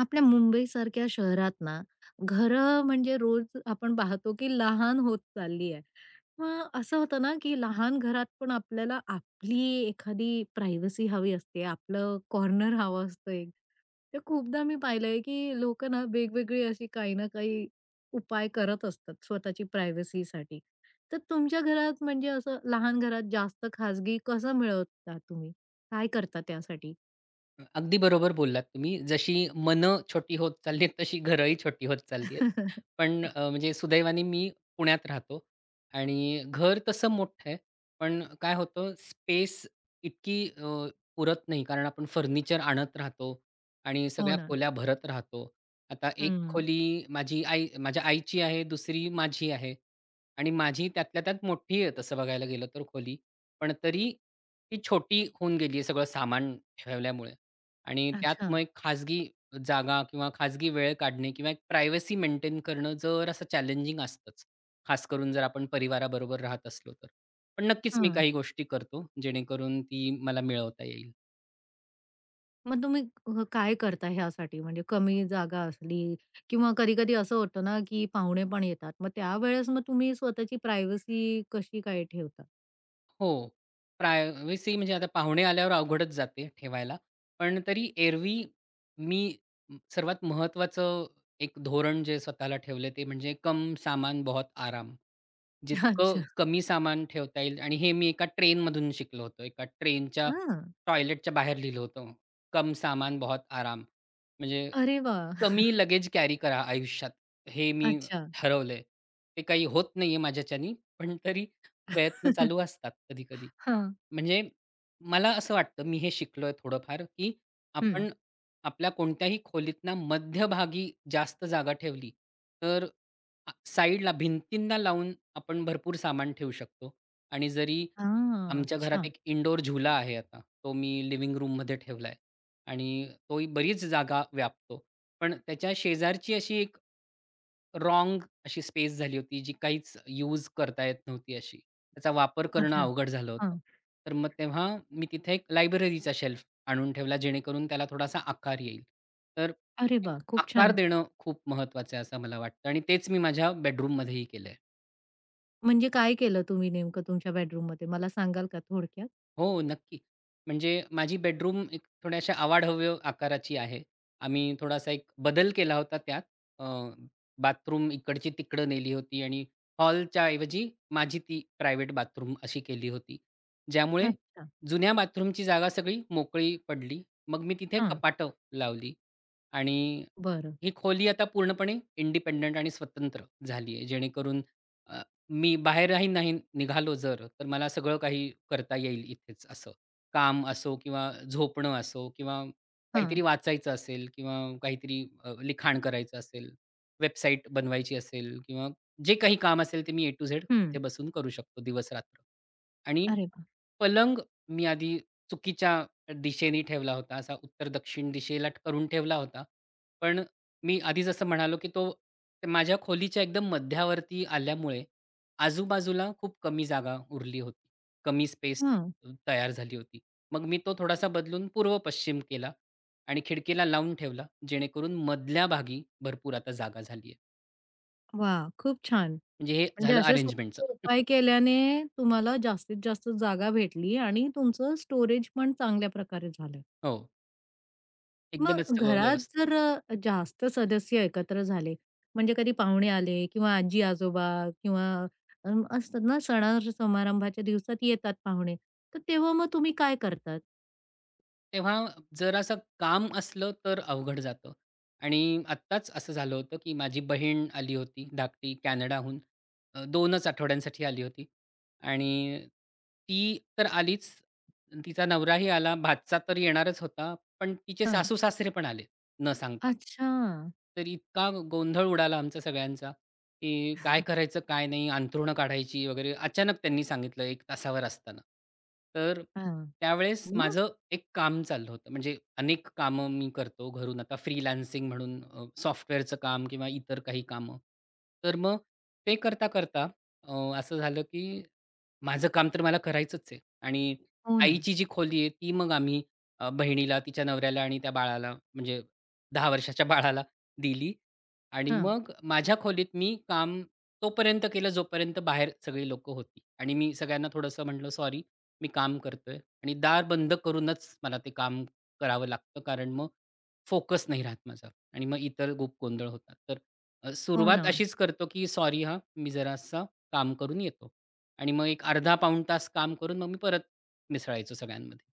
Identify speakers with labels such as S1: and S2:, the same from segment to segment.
S1: आपल्या मुंबईसारख्या शहरात ना, घरं म्हणजे रोज आपण पाहतो की लहान होत चालली आहे. मग असं होतं ना, की लहान घरात पण आपल्याला आपली एखादी प्रायव्हसी हवी असते, आपलं कॉर्नर हवं असतं एक. तर खूपदा मी पाहिलंय की लोकं ना, वेगवेगळी अशी काही ना काही उपाय करत असतात स्वतःची प्रायव्हसीसाठी. तर तुमच्या घरात म्हणजे असं लहान घरात जास्त खाजगी कसं मिळवता तुम्ही? काय करता त्यासाठी?
S2: अगदी बरोबर बोललात तुम्ही. जशी मन छोटी होत चालली आहेत, तशी घरंही छोटी होत चालली आहेत. पण म्हणजे सुदैवाने मी पुण्यात राहतो आणि घर तसं मोठं आहे. पण काय होतं स्पेस इतकी पुरत नाही. कारण आपण फर्निचर आणत राहतो आणि
S1: हो
S2: सगळ्या
S1: ना.
S2: खोल्या भरत राहतो. आता एक
S1: हं.
S2: खोली माझी आई माझ्या आईची आहे, दुसरी माझी आहे आणि माझी त्यातल्या त्यात मोठी आहे तसं बघायला गेलं तर खोली. पण तरी ती छोटी होऊन गेली आहे सगळं सामान ठेवल्यामुळे. आणि त्यात
S1: अच्छा.
S2: मग एक खाजगी जागा किंवा खाजगी वेळ काढणे किंवा एक प्रायव्हसी मेंटेन करणं जरासं चॅलेंजिंग असतंच. खास करून जर आपण परिवाराबरोबर राहत असलो तर. पण नक्कीच मी
S1: हां.
S2: काही गोष्टी करतो, जेणेकरून ती मला मिळवता येईल.
S1: मग तुम्ही काय करता ह्यासाठी? म्हणजे कमी जागा असली किंवा कधी-कधी असं होतं ना, की पाहुणे पण येतात. मग त्यावेळेस मग तुम्ही स्वतःची प्रायव्हसी कशी काय ठेवता?
S2: हो. प्रायव्हसी म्हणजे आता पाहुणे आल्यावर अवघडच जाते ठेवायला. पण तरी एरवी मी सर्वात महत्त्वाचं एक धोरण जे स्वतःला ठेवले ते म्हणजे कम सामान बहुत आराम. जितकं
S1: अच्छा.
S2: कमी सामान ठेवता येईल आणि हे मी एका ट्रेनमधून शिकलो होतो. एका ट्रेनच्या
S1: हां.
S2: टॉयलेटच्या बाहेर लिहिलं होतं, "कम सामान बहुत आराम." म्हणजे
S1: अरे वाह!
S2: कमी लगेज कॅरी करा आयुष्यात, हे मी
S1: अच्छा.
S2: ठरवलंय. ते काही होत नाहीये माझ्याच्यानी, पण तरी प्रयत्न चालू असतात कधी-कधी.
S1: हां.
S2: म्हणजे मला असं वाटतं, मी हे शिकलोय थोडंफार, की
S1: हं.
S2: आपण आपल्या कोणत्याही खोलीतना मध्यभागी जास्त जागा ठेवली, तर साइडला भिंतींना लावून आपण भरपूर सामान ठेवू शकतो. आणि जरी
S1: हां.
S2: आमच्या घरात
S1: अच्छा.
S2: एक इंडोर झुला आहे आता, तो मी लिव्हिंग रूममध्ये ठेवलाय आणि तोही बरीच जागा व्यापतो. पण त्याच्या शेजारची अशी एक रॉंग अशी स्पेस झाली होती, जी काहीच यूज करता येत नव्हती अशी. त्याचा वापर करणं
S1: अच्छा.
S2: अवघड झालं होतं.
S1: हां.
S2: तर मग तेव्हा मी तिथे एक लायब्ररीचा शेल्फ आणून ठेवला, जेणेकरून त्याला थोडासा आकार येईल. तर
S1: अरे
S2: एक
S1: वाह! खूप
S2: आकार
S1: छान.
S2: देणं खूप महत्त्वाचं आहे, असं मला वाटतं आणि तेच मी माझ्या बेडरूममध्येही केलंय.
S1: म्हणजे काय केलं तुम्ही नेमकं तुमच्या बेडरूममध्ये? मला सांगाल का थोडक्यात?
S2: हो, नक्की. म्हणजे माझी बेडरूम एक थोड्याशा आवाढव्य आकाराची आहे. आम्ही थोडासा एक बदल केला होता त्यात. अ, बाथरूम इकडची तिकडं नेली होती आणि हॉलच्या ऐवजी माझी ती प्रायव्हेट बाथरूम अशी केली होती. ज्यामुळे
S1: अच्छा.
S2: जुन्या बाथरूमची जागा सगळी मोकळी पडली. मग मी तिथे
S1: हां.
S2: कपाटं लावली आणि
S1: बरं.
S2: ही खोली आता पूर्णपणे इंडिपेंडंट आणि स्वतंत्र झाली आहे. जेणेकरून मी बाहेरही नाही निघालो जर, तर मला सगळं काही करता येईल इथेच असं. काम असो किंवा झोपणं असो किंवा काहीतरी
S1: हां.
S2: वाचायचं असेल किंवा काहीतरी लिखाण करायचं असेल, वेबसाईट बनवायची असेल किंवा जे काही काम असेल ते मी ए टू झेड
S1: हं.
S2: इथे बसून करू शकतो दिवस-रात्र. आणि
S1: अरे वाह!
S2: पलंग मी आधी चुकीच्या दिशेने ठेवला होता. असा उत्तर-दक्षिण दिशेला करून ठेवला होता. पण मी आधी जसं म्हणालो, की तो माझ्या खोलीच्या एकदम मध्यावरती आल्यामुळे आजूबाजूला खूप कमी जागा उरली होती. कमी स्पेस
S1: हां.
S2: तयार झाली होती. मग मी तो थोडासा बदलून पूर्व-पश्चिम केला आणि खिडकीला लावून ठेवला, जेणेकरून मधल्या भागी भरपूर आता जागा झाली आहे.
S1: वाह! खूप छान.
S2: म्हणजे हे
S1: म्हणजे
S2: झालं
S1: असे
S2: अरेंजमेंटचं.
S1: सोपे उपाय केल्याने तुम्हाला जास्तीत जास्त जागा भेटली आणि तुमचं स्टोरेज पण चांगल्या प्रकारे झालं.
S2: हो, एकदमच
S1: मग
S2: सगळं
S1: घरात
S2: व्यवस्थित.
S1: जर जास्त सदस्य एकत्र झाले, म्हणजे कधी पाहुणे आले किंवा आजी-आजोबा किंवा अ, असतात ना सणा-समारंभाच्या दिवसात येतात पाहुणे, तर तेव्हा मग तुम्ही काय करतात?
S2: तेव्हा जरासं काम असलं तर अवघड जातं आणि आत्ताच असं झालं होतं, की माझी बहीण आली होती धाकटी कॅनडाहून. 2च आठवड्यांसाठी आली होती आणि ती तर आलीच, तिचा नवराही आला, भाचा तर येणारच होता, पण तिचे
S1: हां.
S2: सासू-सासरे पण आले न सांगता.
S1: अच्छा.
S2: तर इतका गोंधळ उडाला आमचा सगळ्यांचा, की काय करायचं, काय नाही, अंथरुणं काढायची वगैरे. अचानक त्यांनी सांगितलं 1 तासावर असताना. तर
S1: हां.
S2: त्यावेळेस
S1: मग?
S2: माझं एक काम चाललं होतं. म्हणजे अनेक कामं मी करतो घरून आता फ्रीलान्सिंग म्हणून सॉफ्टवेअरचं काम किंवा इतर काही कामं. तर मग ते करता, करता अ, असं झालं की माझं काम तर मला करायचंच आहे आणि
S1: हो ना.
S2: आईची जी खोली आहे ती मग आम्ही बहिणीला, तिच्या नवऱ्याला आणि त्या बाळाला म्हणजे 10 वर्षाच्या बाळाला दिली आणि
S1: हां.
S2: मग माझ्या खोलीत मी काम तोपर्यंत केलं जोपर्यंत बाहेर सगळी लोकं होती आणि मी सगळ्यांना थोडंसं म्हटलं, "सॉरी, मी काम करतोय." आणि दार बंद करूनच मला ते काम करावं लागतं, कारण मग फोकस नाही राहत माझा आणि मग इतर खूप गोंधळ होतात. तर
S1: हो
S2: सुरुवात
S1: ना.
S2: अशीच करतो, की "सॉरी हां, मी जरासा काम करून येतो." आणि मग एक अर्धा पाऊण तास काम करून मग मी परत मिसळायचो सगळ्यांमध्ये.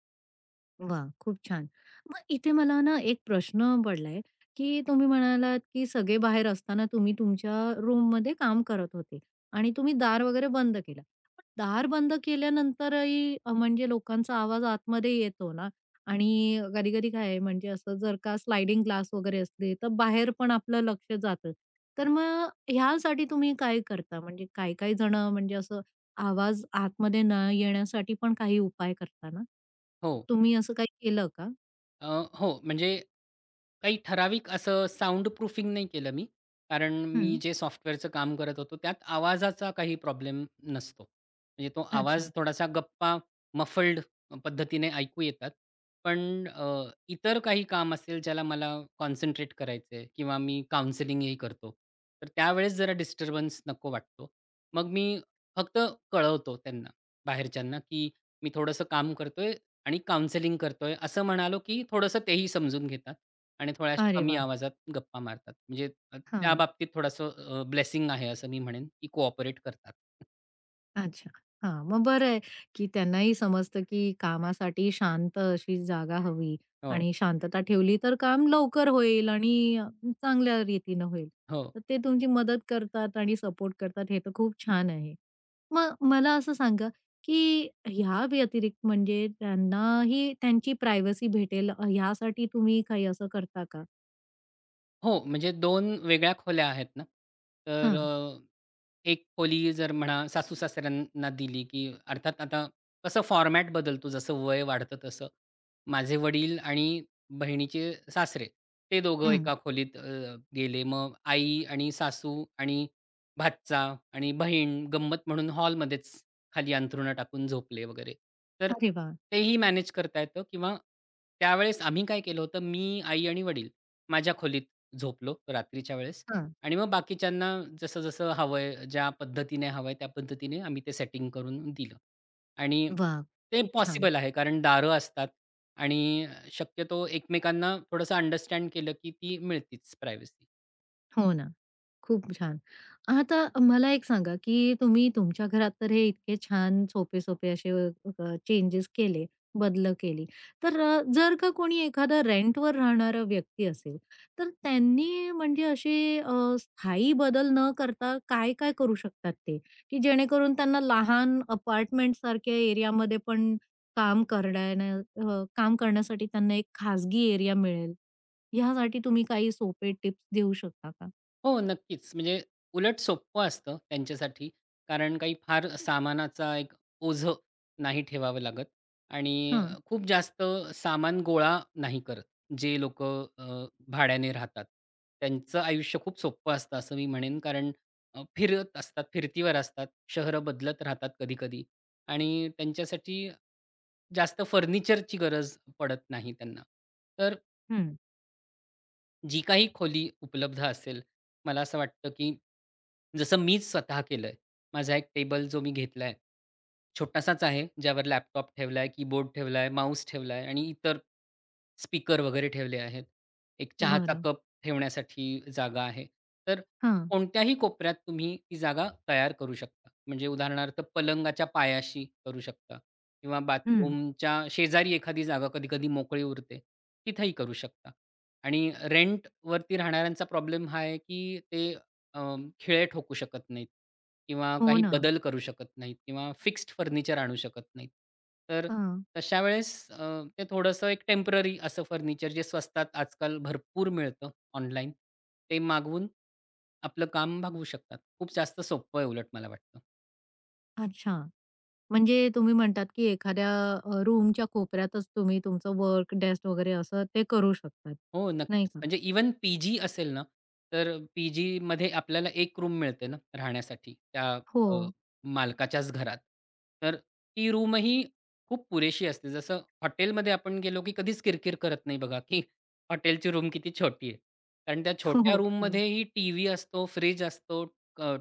S1: वा, खूप छान. मग इथे मला ना एक प्रश्न पडलाय, की तुम्ही म्हणालात, की सगळे बाहेर असताना तुम्ही तुमच्या रूममध्ये काम करत होते आणि तुम्ही दार वगैरे बंद केलं. पण दार बंद केल्यानंतरही म्हणजे लोकांचा आवाज आतमध्ये येतो ना आणि कधी-कधी काय आहे म्हणजे असं जर का स्लायडिंग ग्लास वगैरे असले, तर बाहेर पण आपलं लक्ष जातं. तर मग ह्यासाठी तुम्ही काय करता? म्हणजे काही काही जण म्हणजे असं आवाज आतमध्ये न येण्यासाठी पण काही उपाय करता ना?
S2: हो.
S1: तुम्ही असं काही केलं का?
S2: अ, हो, म्हणजे काही ठराविक असं साउंड प्रूफिंग नाही केलं मी. कारण मी
S1: हं.
S2: जे सॉफ्टवेअरचं काम करत होतो, त्यात आवाजाचा काही प्रॉब्लेम नसतो. म्हणजे तो आवाज
S1: अच्छा.
S2: थोडासा गप्पा, मफल्ड पद्धतीने ऐकू येतात. पण इतर काही काम असेल, ज्याला मला कॉन्सन्ट्रेट करायचं आहे किंवा मी काउन्सिलिंगही करतो. तर त्यावेळेस जरा डिस्टर्बन्स नको वाटतो. मग मी फक्त कळवतो त्यांना, बाहेरच्यांना, की मी थोडंसं काम करतोय. आणि काउंसेलिंग करतोय असं म्हणालो, की थोडंसं तेही समजून घेतात आणि थोड्याशा
S1: अरे
S2: कमी
S1: वाह!
S2: आवाजात गप्पा मारतात. म्हणजे त्या
S1: हां.
S2: बाबतीत थोडंसं ब्लेसिंग आहे असं मी म्हणेन, की कोऑपरेट करतात.
S1: अच्छा. हां, मग बरं आहे, की त्यांनाही समजतं, की कामासाठी शांत अशी जागा हवी
S2: हो,
S1: आणि शांतता ठेवली तर काम लवकर होईल आणि चांगल्या रीतीनं होईल.
S2: हो.
S1: तर ते तुमची मदत करतात आणि सपोर्ट करतात हे तर खूप छान आहे. मग मला असं सांगा, की ह्या व्यतिरिक्त म्हणजे त्यांनाही त्यांची प्रायव्हसी भेटेल ह्यासाठी तुम्ही काही असं करता का?
S2: हो, म्हणजे दोन वेगळ्या खोल्या आहेत ना. तर
S1: हं,
S2: एक खोली जर म्हणा सासू-सासऱ्यांना दिली, की अर्थात आता कसं फॉर्मॅट बदलतो जसं वय वाढतं तसं. माझे वडील आणि बहिणीचे सासरे, ते दोघं
S1: हं.
S2: एका खोलीत गेले. मग आई आणि सासू आणि भाचा आणि बहीण गंमत म्हणून हॉलमध्येच खाली अंथरुणं टाकून झोपले वगैरे. तर
S1: अरे वाह!
S2: तेही मॅनेज करता येतं किंवा त्यावेळेस आम्ही काय केलं होतं, मी, आई आणि वडील माझ्या खोलीत झोपलो रात्रीच्या वेळेस
S1: हं.
S2: आणि मग बाकीच्यांना जसं-जसं हवंय, ज्या पद्धतीने हवंय त्या पद्धतीने आम्ही ते सेटिंग करून दिलं. आणि
S1: वाह!
S2: ते
S1: खूप छान.
S2: पॉसिबल आहे कारण दारं असतात आणि शक्यतो एकमेकांना थोडंसं अंडरस्टँड केलं की ती मिळतीच प्रायव्हसी.
S1: हो ना. खूप छान. आता मला एक सांगा, की तुम्ही तुमच्या घरात तर हे इतके छान सोपे-सोपे असे चेंजेस केले, बदल केली. तर जर का कोणी एखादा रेंटवर राहणारा व्यक्ती असेल, तर त्यांनी म्हणजे असे स्थायी बदल न करता काय-काय करू शकतात ते? की जेणेकरून त्यांना लहान अपार्टमेंटसारख्या एरियामध्ये पण काम करण्यासाठी त्यांना एक खाजगी एरिया मिळेल. ह्यासाठी तुम्ही काही सोपे टिप्स देऊ शकता का?
S2: हो, नक्कीच. म्हणजे उलट सोपं असतं त्यांच्यासाठी. कारण काही फार सामानाचा एक ओझं नाही ठेवावं लागत आणि
S1: हां.
S2: खूप जास्त सामान गोळा नाही करत. जे लोक भाड्याने राहतात. त्यांचं आयुष्य खूप सोपं असतं असं मी म्हणेन. कारण फिरत असतात, फिरतीवर असतात, शहरं बदलत राहतात कधी-कधी आणि त्यांच्यासाठी जास्त फर्निचरची गरज पडत नाही त्यांना. तर
S1: हं,
S2: जी काही खोली उपलब्ध असेल, मला असं वाटतं, की जसं मीच स्वतः केलंय. माझा एक टेबल जो मी घेतलाय, छोटासाच आहे, ज्यावर लॅपटॉप ठेवलाय, कीबोर्ड ठेवलाय, माऊस ठेवलाय आणि इतर स्पीकर वगैरे ठेवले आहेत. एक चहाचा
S1: बरं.
S2: कप ठेवण्यासाठी जागा आहे. तर
S1: हां,
S2: कोणत्याही कोपऱ्यात तुम्ही ती जागा तयार करू शकता. म्हणजे उदाहरणार्थ पलंगाच्या पायाशी करू शकता किंवा
S1: हं.
S2: बाथरूमच्या शेजारी एखादी जागा कधी-कधी मोकळी उरते, तिथेही करू शकता. आणि रेंटवरती राहणाऱ्यांचा प्रॉब्लेम हा आहे, की ते खिळे ठोकू शकत नाहीत किंवा
S1: हो
S2: काही
S1: ना.
S2: बदल करू शकत नाहीत किंवा फिक्स्ड फर्निचर आणू शकत नाहीत. तर
S1: हां,
S2: तशा वेळेस ते थोडंसं एक टेम्पररी असं फर्निचर जे स्वस्तात आजकाल भरपूर मिळतं ऑनलाईन, ते मागवून आपलं काम भागवू शकतात. खूप जास्त सोपं आहे उलट मला वाटतं.
S1: अच्छा. म्हणजे तुम्ही म्हणतात, की एखाद्या रूमच्या कोपऱ्यातच तुम्ही तुमचं वर्क डेस्क वगैरे असं ते करू शकतात,
S2: हो,
S1: नाही
S2: नक्कीच.
S1: का?
S2: म्हणजे इव्हन पीजी जी असेल ना, तर पी-जीमध्ये आपल्याला 1 रूम मिळते ना राहण्यासाठी त्या
S1: हो,
S2: अ, मालकाच्याच घरात. तर ती रूमही खूप पुरेशी असते. जसं हॉटेलमध्ये आपण गेलो, की कधीच किरकिर करत नाही बघा, की हॉटेलची रूम किती छोटी आहे. कारण त्या
S1: हो,
S2: छोट्या
S1: हो, खरं.
S2: रूममध्येही टीव्ही असतो, फ्रिज असतो,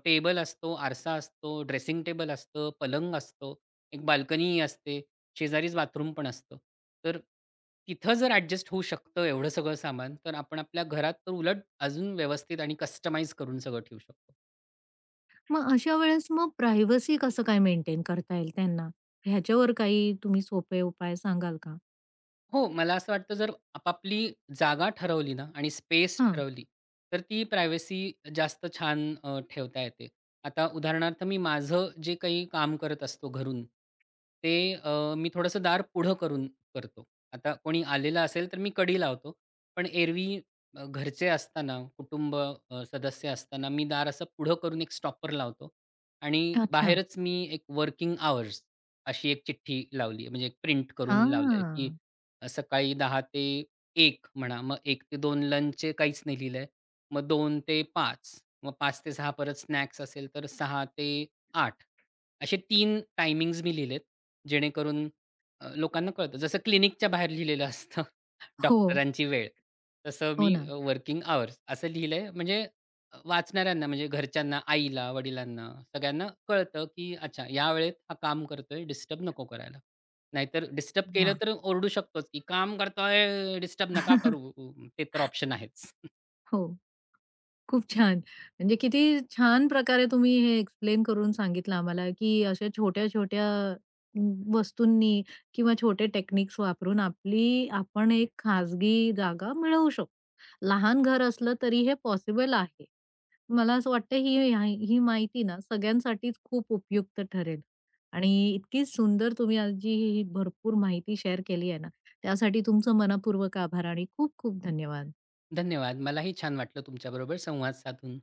S2: टेबल असतो, आरसा असतो, ड्रेसिंग टेबल असतं, पलंग असतो, एक बाल्कनीही असते. शेजारीच बाथरूम पण असतं. तर तिथं जर ॲडजस्ट होऊ शकतं एवढं सगळं सामान, तर आपण आपल्या घरात तर उलट अजून व्यवस्थित आणि कस्टमाइज करून सगळं ठेवू शकतो.
S1: मग अशा वेळेस मग प्रायव्हसी कसं काय मेंटेन करता येईल त्यांना? ह्याच्यावर काही तुम्ही सोपे उपाय सांगाल का?
S2: हो, मला असं वाटतं जर आपापली जागा ठरवली ना आणि स्पेस
S1: हां,
S2: ठरवली, तर ती प्रायव्हसी जास्त छान ठेवता येते. आता उदाहरणार्थ मी माझं जे काही काम करत असतो घरून, ते मी थोडंसं दार पुढं करून करतो. आता कोणी आलेलं असेल तर मी कडी लावतो. पण एरवी घरचे असताना, कुटुंब सदस्य असताना मी दार असं पुढं करून एक स्टॉपर लावतो आणि
S1: अच्छा.
S2: बाहेरच मी एक वर्किंग आवर्स अशी एक चिठ्ठी लावली म्हणजे एक प्रिंट करून लावलंय की
S1: हां.
S2: सकाळी 10 ते एक म्हणा, मग एक ते दोन लंचचे काहीच नाही लिहिलंय. मग दोन ते पाच मग पाच ते सहा परत स्नॅक्स असेल तर सहा ते आठ असे तीन टायमिंग्ज मी लिहिलेत, जेणेकरून लोकांना कळतं. जसं क्लिनिकच्या बाहेर लिहिलेलं असतं
S1: हो,
S2: डॉक्टरांची वेळ. तसं
S1: हो
S2: मी
S1: ना.
S2: वर्किंग अवर्स असं लिहिलंय. म्हणजे वाचणाऱ्यांना म्हणजे घरच्यांना, आईला, वडिलांना सगळ्यांना कळतं, की अच्छा या वेळेत हा काम करतोय, डिस्टर्ब नको करायला. नाहीतर डिस्टर्ब केलं
S1: वाह!
S2: तर ओरडू शकतोच, की "काम करतोय, डिस्टर्ब नका करू." ते तर ऑप्शन आहेच.
S1: हो. खूप छान. म्हणजे किती छान प्रकारे तुम्ही हे एक्सप्लेन करून सांगितलं आम्हाला, की अशा छोट्या-छोट्या वस्तूंनी किंवा छोटे टेक्निक्स वापरून आपली आपण एक खाजगी जागा मिळवू शकतो. लहान घर असलं तरी हे पॉसिबल आहे. मला असं वाटतं ही ही माहिती ना सगळ्यांसाठीच खूप उपयुक्त ठरेल. आणि इतकी सुंदर तुम्ही आज जी ही भरपूर माहिती शेअर केली आहे ना, त्यासाठी तुमचं मनःपूर्वक आभार आणि खूप खूप धन्यवाद.
S2: धन्यवाद. मलाही छान वाटलं तुमच्याबरोबर संवाद साधून.